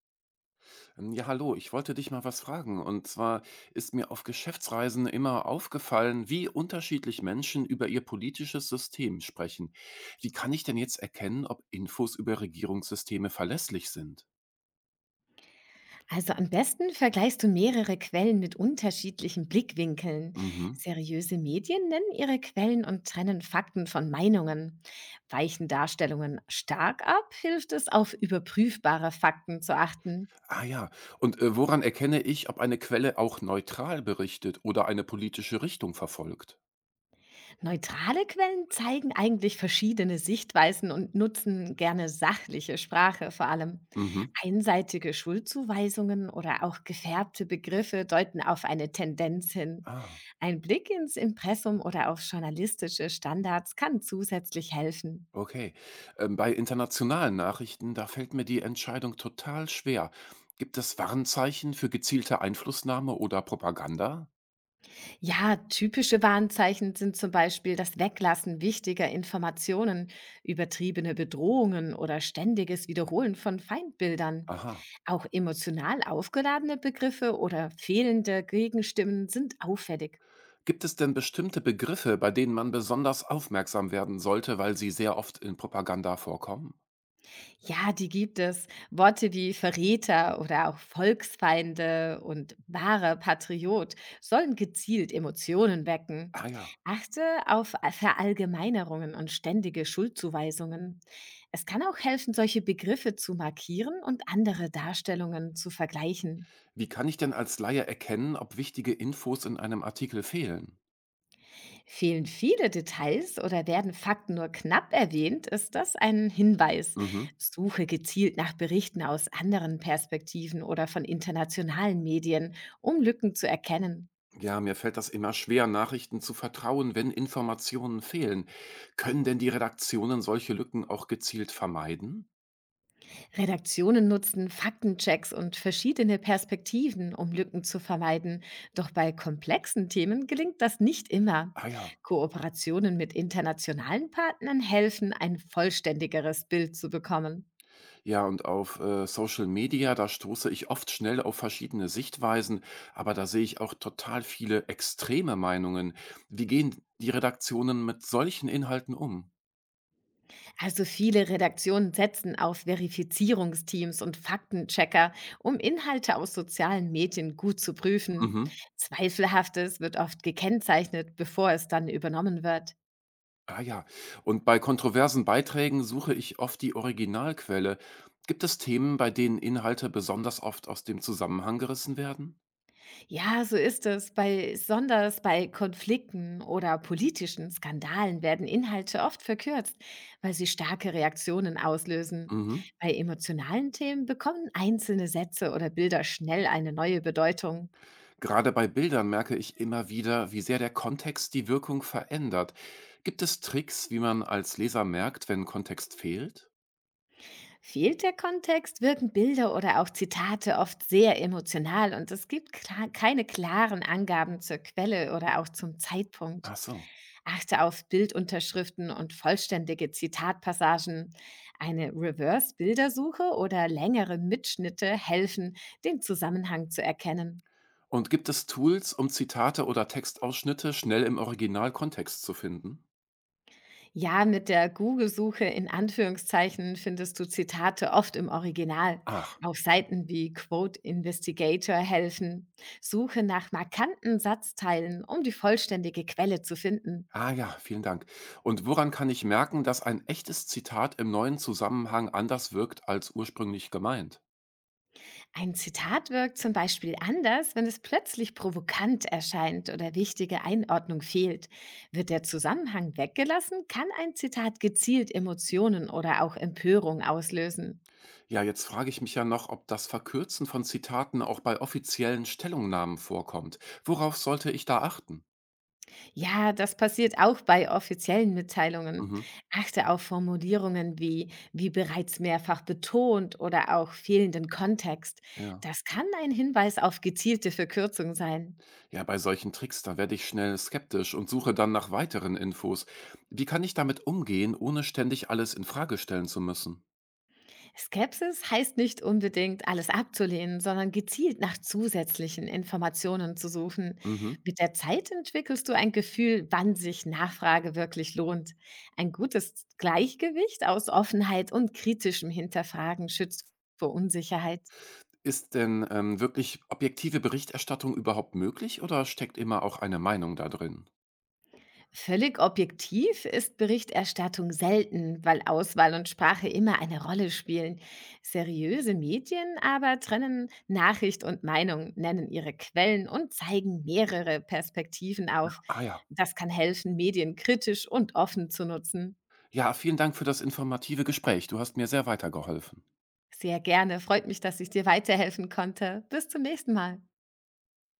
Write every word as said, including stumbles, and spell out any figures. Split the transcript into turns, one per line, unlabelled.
Ähm, Ja, hallo, ich wollte dich mal was fragen. Und zwar ist mir auf Geschäftsreisen immer aufgefallen, wie unterschiedlich Menschen über ihr politisches System sprechen. Wie kann ich denn jetzt erkennen, ob Infos über Regierungssysteme verlässlich sind?
Also am besten vergleichst du mehrere Quellen mit unterschiedlichen Blickwinkeln.
Mhm.
Seriöse Medien nennen ihre Quellen und trennen Fakten von Meinungen. Weichen Darstellungen stark ab, hilft es, auf überprüfbare Fakten zu achten.
Ah ja, und äh, woran erkenne ich, ob eine Quelle auch neutral berichtet oder eine politische Richtung verfolgt?
Neutrale Quellen zeigen eigentlich verschiedene Sichtweisen und nutzen gerne sachliche Sprache vor allem.
Mhm.
Einseitige Schuldzuweisungen oder auch gefärbte Begriffe deuten auf eine Tendenz hin.
Ah.
Ein Blick ins Impressum oder auf journalistische Standards kann zusätzlich helfen.
Okay. Ähm, bei internationalen Nachrichten, da fällt mir die Entscheidung total schwer. Gibt es Warnzeichen für gezielte Einflussnahme oder Propaganda?
Ja, typische Warnzeichen sind zum Beispiel das Weglassen wichtiger Informationen, übertriebene Bedrohungen oder ständiges Wiederholen von Feindbildern.
Aha.
Auch emotional aufgeladene Begriffe oder fehlende Gegenstimmen sind auffällig.
Gibt es denn bestimmte Begriffe, bei denen man besonders aufmerksam werden sollte, weil sie sehr oft in Propaganda vorkommen?
Ja, die gibt es. Worte wie Verräter oder auch Volksfeinde und wahrer Patriot sollen gezielt Emotionen wecken.
Ah ja.
Achte auf Verallgemeinerungen und ständige Schuldzuweisungen. Es kann auch helfen, solche Begriffe zu markieren und andere Darstellungen zu vergleichen.
Wie kann ich denn als Laie erkennen, ob wichtige Infos in einem Artikel fehlen?
Fehlen viele Details oder werden Fakten nur knapp erwähnt, ist das ein Hinweis.
Mhm.
Suche gezielt nach Berichten aus anderen Perspektiven oder von internationalen Medien, um Lücken zu erkennen.
Ja, mir fällt das immer schwer, Nachrichten zu vertrauen, wenn Informationen fehlen. Können denn die Redaktionen solche Lücken auch gezielt vermeiden?
Redaktionen nutzen Faktenchecks und verschiedene Perspektiven, um Lücken zu vermeiden. Doch bei komplexen Themen gelingt das nicht immer.
Ah ja.
Kooperationen mit internationalen Partnern helfen, ein vollständigeres Bild zu bekommen.
Ja, und auf, äh, Social Media, da stoße ich oft schnell auf verschiedene Sichtweisen, aber da sehe ich auch total viele extreme Meinungen. Wie gehen die Redaktionen mit solchen Inhalten um?
Also viele Redaktionen setzen auf Verifizierungsteams und Faktenchecker, um Inhalte aus sozialen Medien gut zu prüfen.
Mhm.
Zweifelhaftes wird oft gekennzeichnet, bevor es dann übernommen wird.
Ah ja. Und bei kontroversen Beiträgen suche ich oft die Originalquelle. Gibt es Themen, bei denen Inhalte besonders oft aus dem Zusammenhang gerissen werden?
Ja, so ist es. Bei, besonders bei Konflikten oder politischen Skandalen werden Inhalte oft verkürzt, weil sie starke Reaktionen auslösen.
Mhm.
Bei emotionalen Themen bekommen einzelne Sätze oder Bilder schnell eine neue Bedeutung.
Gerade bei Bildern merke ich immer wieder, wie sehr der Kontext die Wirkung verändert. Gibt es Tricks, wie man als Leser merkt, wenn Kontext fehlt?
Fehlt der Kontext, wirken Bilder oder auch Zitate oft sehr emotional und es gibt kla- keine klaren Angaben zur Quelle oder auch zum Zeitpunkt.
Ach so.
Achte auf Bildunterschriften und vollständige Zitatpassagen. Eine Reverse-Bildersuche oder längere Mitschnitte helfen, den Zusammenhang zu erkennen.
Und gibt es Tools, um Zitate oder Textausschnitte schnell im Originalkontext zu finden?
Ja, mit der Google-Suche in Anführungszeichen findest du Zitate oft im Original.
Ach.
Auf Seiten wie Quote Investigator helfen. Suche nach markanten Satzteilen, um die vollständige Quelle zu finden.
Ah ja, vielen Dank. Und woran kann ich merken, dass ein echtes Zitat im neuen Zusammenhang anders wirkt als ursprünglich gemeint?
Ein Zitat wirkt zum Beispiel anders, wenn es plötzlich provokant erscheint oder wichtige Einordnung fehlt. Wird der Zusammenhang weggelassen, kann ein Zitat gezielt Emotionen oder auch Empörung auslösen.
Ja, jetzt frage ich mich ja noch, ob das Verkürzen von Zitaten auch bei offiziellen Stellungnahmen vorkommt. Worauf sollte ich da achten?
Ja, das passiert auch bei offiziellen Mitteilungen.
Mhm.
Achte auf Formulierungen wie wie bereits mehrfach betont oder auch fehlenden Kontext.
Ja.
Das kann ein Hinweis auf gezielte Verkürzung sein.
Ja, bei solchen Tricks, da werde ich schnell skeptisch und suche dann nach weiteren Infos. Wie kann ich damit umgehen, ohne ständig alles in Frage stellen zu müssen?
Skepsis heißt nicht unbedingt, alles abzulehnen, sondern gezielt nach zusätzlichen Informationen zu suchen.
Mhm.
Mit der Zeit entwickelst du ein Gefühl, wann sich Nachfrage wirklich lohnt. Ein gutes Gleichgewicht aus Offenheit und kritischem Hinterfragen schützt vor Unsicherheit.
Ist denn ähm, wirklich objektive Berichterstattung überhaupt möglich oder steckt immer auch eine Meinung da drin?
Völlig objektiv ist Berichterstattung selten, weil Auswahl und Sprache immer eine Rolle spielen. Seriöse Medien aber trennen Nachricht und Meinung, nennen ihre Quellen und zeigen mehrere Perspektiven auf.
Ah ja.
Das kann helfen, Medien kritisch und offen zu nutzen.
Ja, vielen Dank für das informative Gespräch. Du hast mir sehr weitergeholfen.
Sehr gerne, freut mich, dass ich dir weiterhelfen konnte. Bis zum nächsten Mal.